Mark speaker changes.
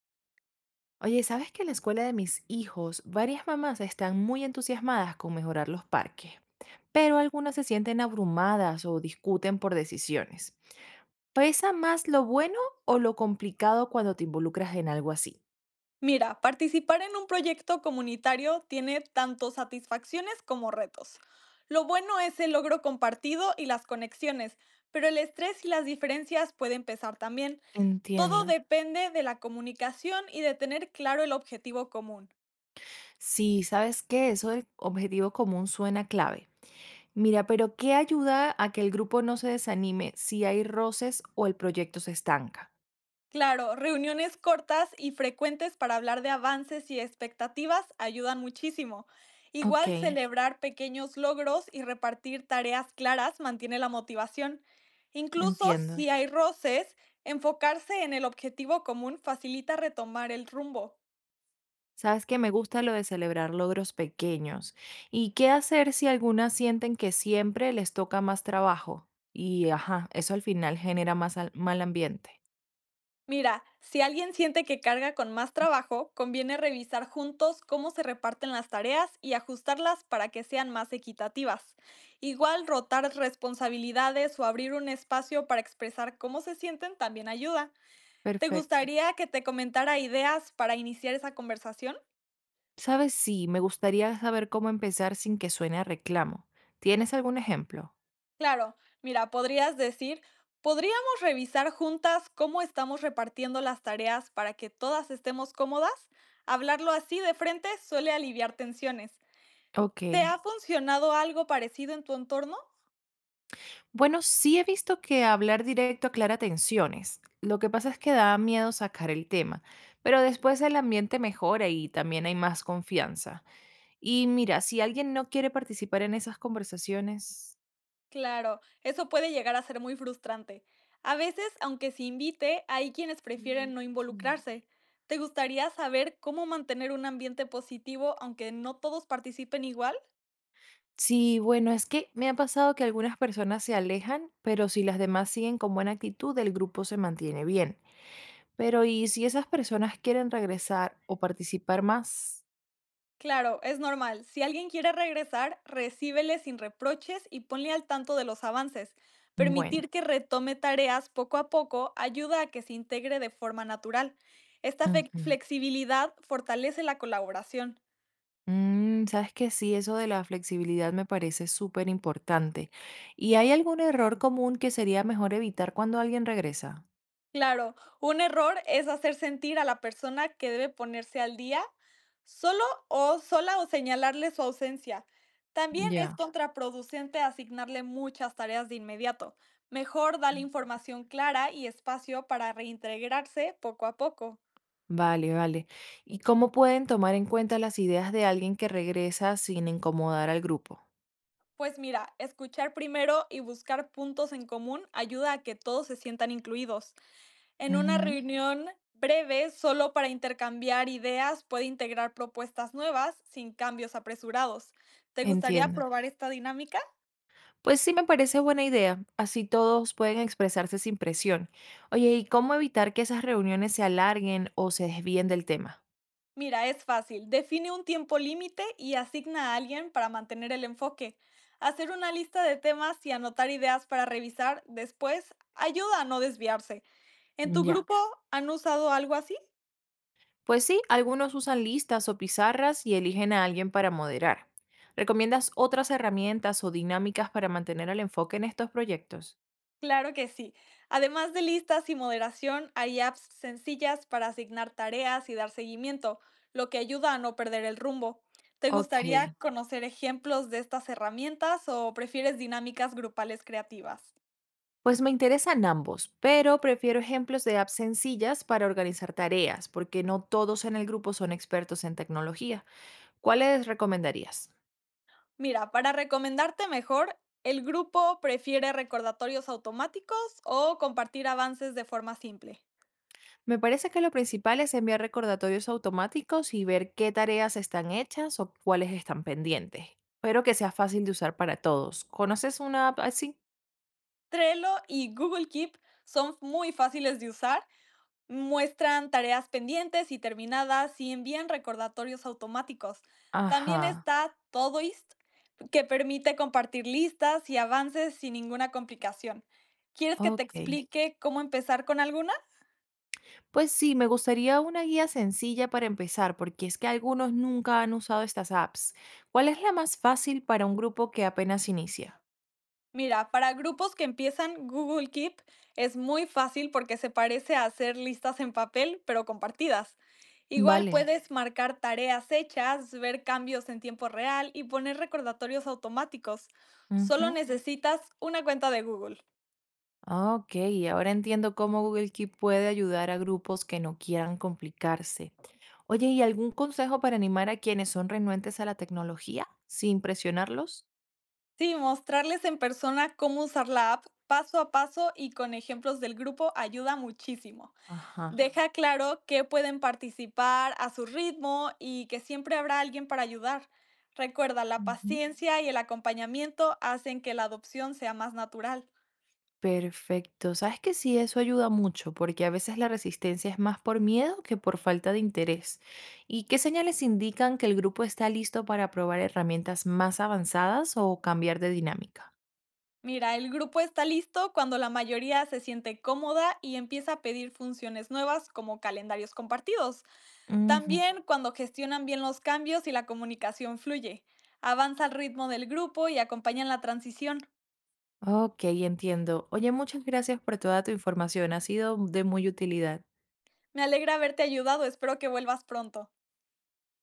Speaker 1: Oye, ¿sabes que en la escuela de mis hijos varias mamás están muy entusiasmadas con mejorar los parques, pero algunas se sienten abrumadas o discuten por decisiones? ¿Pesa más lo bueno o lo complicado cuando te involucras en algo así?
Speaker 2: Mira, participar en un proyecto comunitario tiene tanto satisfacciones como retos. Lo bueno es el logro compartido y las conexiones, pero el estrés y las diferencias pueden pesar también. Todo
Speaker 1: Entiendo.
Speaker 2: depende de la comunicación y de tener claro el objetivo común.
Speaker 1: Sí, ¿sabes qué? Eso del objetivo común suena clave. Mira, pero ¿qué ayuda a que el grupo no se desanime si hay roces o el proyecto se estanca?
Speaker 2: Claro, reuniones cortas y frecuentes para hablar de avances y expectativas ayudan muchísimo.
Speaker 1: Ok,
Speaker 2: Igual celebrar pequeños logros y repartir tareas claras mantiene la motivación. Incluso
Speaker 1: entiendo.
Speaker 2: si hay roces, enfocarse en el objetivo común facilita retomar el rumbo.
Speaker 1: Sabes que me gusta lo de celebrar logros pequeños. ¿Y qué hacer si algunas sienten que siempre les toca más trabajo? Y ajá, eso al final genera más mal ambiente.
Speaker 2: Mira, si alguien siente que carga con más trabajo, conviene revisar juntos cómo se reparten las tareas y ajustarlas para que sean más equitativas. Igual rotar responsabilidades o abrir un espacio para expresar cómo se sienten también ayuda. ¿Te
Speaker 1: Perfecto.
Speaker 2: gustaría que te comentara ideas para iniciar esa conversación?
Speaker 1: Sabes, sí, me gustaría saber cómo empezar sin que suene a reclamo. ¿Tienes algún ejemplo?
Speaker 2: Claro, mira, podrías decir, podríamos revisar juntas cómo estamos repartiendo las tareas para que todas estemos cómodas. Hablarlo así de frente suele aliviar tensiones.
Speaker 1: Ok.
Speaker 2: ¿Te ha funcionado algo parecido en tu entorno?
Speaker 1: Bueno, sí he visto que hablar directo aclara tensiones. Lo que pasa es que da miedo sacar el tema, pero después el ambiente mejora y también hay más confianza. Y mira, si alguien no quiere participar en esas conversaciones.
Speaker 2: Claro, eso puede llegar a ser muy frustrante. A veces, aunque se invite, hay quienes
Speaker 1: Mm,
Speaker 2: prefieren no
Speaker 1: mm.
Speaker 2: involucrarse. ¿Te gustaría saber cómo mantener un ambiente positivo aunque no todos participen igual?
Speaker 1: Sí, bueno, es que me ha pasado que algunas personas se alejan, pero si las demás siguen con buena actitud, el grupo se mantiene bien. Pero ¿y si esas personas quieren regresar o participar más?
Speaker 2: Claro, es normal. Si alguien quiere regresar, recíbele sin reproches y ponle al tanto de los avances.
Speaker 1: Bueno,
Speaker 2: Permitir que retome tareas poco a poco ayuda a que se integre de forma natural. Esta
Speaker 1: ujú.
Speaker 2: flexibilidad fortalece la colaboración.
Speaker 1: Mm, sabes que sí, eso de la flexibilidad me parece súper importante. ¿Y hay algún error común que sería mejor evitar cuando alguien regresa?
Speaker 2: Claro, un error es hacer sentir a la persona que debe ponerse al día solo o sola o señalarle su ausencia. También es
Speaker 1: Ya.
Speaker 2: contraproducente asignarle muchas tareas de inmediato. Mejor dale información clara y espacio para reintegrarse poco a poco.
Speaker 1: Vale, vale. ¿Y cómo pueden tomar en cuenta las ideas de alguien que regresa sin incomodar al grupo?
Speaker 2: Pues mira, escuchar primero y buscar puntos en común ayuda a que todos se sientan incluidos. En una
Speaker 1: Ujú.
Speaker 2: reunión breve, solo para intercambiar ideas, puede integrar propuestas nuevas sin cambios apresurados. ¿Te gustaría
Speaker 1: Entiendo.
Speaker 2: probar esta dinámica?
Speaker 1: Pues sí me parece buena idea, así todos pueden expresarse sin presión. Oye, ¿y cómo evitar que esas reuniones se alarguen o se desvíen del tema?
Speaker 2: Mira, es fácil. Define un tiempo límite y asigna a alguien para mantener el enfoque. Hacer una lista de temas y anotar ideas para revisar después ayuda a no desviarse. ¿En tu Ok
Speaker 1: Ya.
Speaker 2: grupo han usado algo así?
Speaker 1: Pues sí, algunos usan listas o pizarras y eligen a alguien para moderar. ¿Recomiendas otras herramientas o dinámicas para mantener el enfoque en estos proyectos?
Speaker 2: Claro que sí. Además de listas y moderación, hay apps sencillas para asignar tareas y dar seguimiento, lo que ayuda a no perder el rumbo. ¿Te
Speaker 1: Ok.
Speaker 2: gustaría conocer ejemplos de estas herramientas o prefieres dinámicas grupales creativas?
Speaker 1: Pues me interesan ambos, pero prefiero ejemplos de apps sencillas para organizar tareas, porque no todos en el grupo son expertos en tecnología. ¿Cuáles recomendarías?
Speaker 2: Mira, para recomendarte mejor, el grupo prefiere recordatorios automáticos o compartir avances de forma simple.
Speaker 1: Me parece que lo principal es enviar recordatorios automáticos y ver qué tareas están hechas o cuáles están pendientes. Pero que sea fácil de usar para todos. ¿Conoces una app así?
Speaker 2: Trello y Google Keep son muy fáciles de usar. Muestran tareas pendientes y terminadas y envían recordatorios automáticos. También
Speaker 1: Ajá,
Speaker 2: está Todoist, que permite compartir listas y avances sin ninguna complicación. ¿Quieres que te
Speaker 1: ok.
Speaker 2: explique cómo empezar con alguna?
Speaker 1: Pues sí, me gustaría una guía sencilla para empezar, porque es que algunos nunca han usado estas apps. ¿Cuál es la más fácil para un grupo que apenas inicia?
Speaker 2: Mira, para grupos que empiezan, Google Keep es muy fácil porque se parece a hacer listas en papel, pero compartidas. Igual Ok
Speaker 1: Vale.
Speaker 2: puedes marcar tareas hechas, ver cambios en tiempo real y poner recordatorios automáticos. Solo
Speaker 1: Ujú.
Speaker 2: necesitas una cuenta de Google.
Speaker 1: Ah, ok, ahora entiendo cómo Google Keep puede ayudar a grupos que no quieran complicarse. Oye, ¿y algún consejo para animar a quienes son renuentes a la tecnología sin presionarlos?
Speaker 2: Sí, mostrarles en persona cómo usar la app paso a paso y con ejemplos del grupo ayuda muchísimo.
Speaker 1: Ajá.
Speaker 2: Deja claro que pueden participar a su ritmo y que siempre habrá alguien para ayudar. Recuerda, la
Speaker 1: Ujú.
Speaker 2: paciencia y el acompañamiento hacen que la adopción sea más natural.
Speaker 1: Perfecto. Sabes que sí, eso ayuda mucho, porque a veces la resistencia es más por miedo que por falta de interés. ¿Y qué señales indican que el grupo está listo para probar herramientas más avanzadas o cambiar de dinámica?
Speaker 2: Mira, el grupo está listo cuando la mayoría se siente cómoda y empieza a pedir funciones nuevas como calendarios compartidos.
Speaker 1: Ujú.
Speaker 2: También cuando gestionan bien los cambios y la comunicación fluye. Avanza al ritmo del grupo y acompañan la transición.
Speaker 1: Ok, entiendo. Oye, muchas gracias por toda tu información. Ha sido de muy utilidad.
Speaker 2: Me alegra haberte ayudado, espero que vuelvas pronto.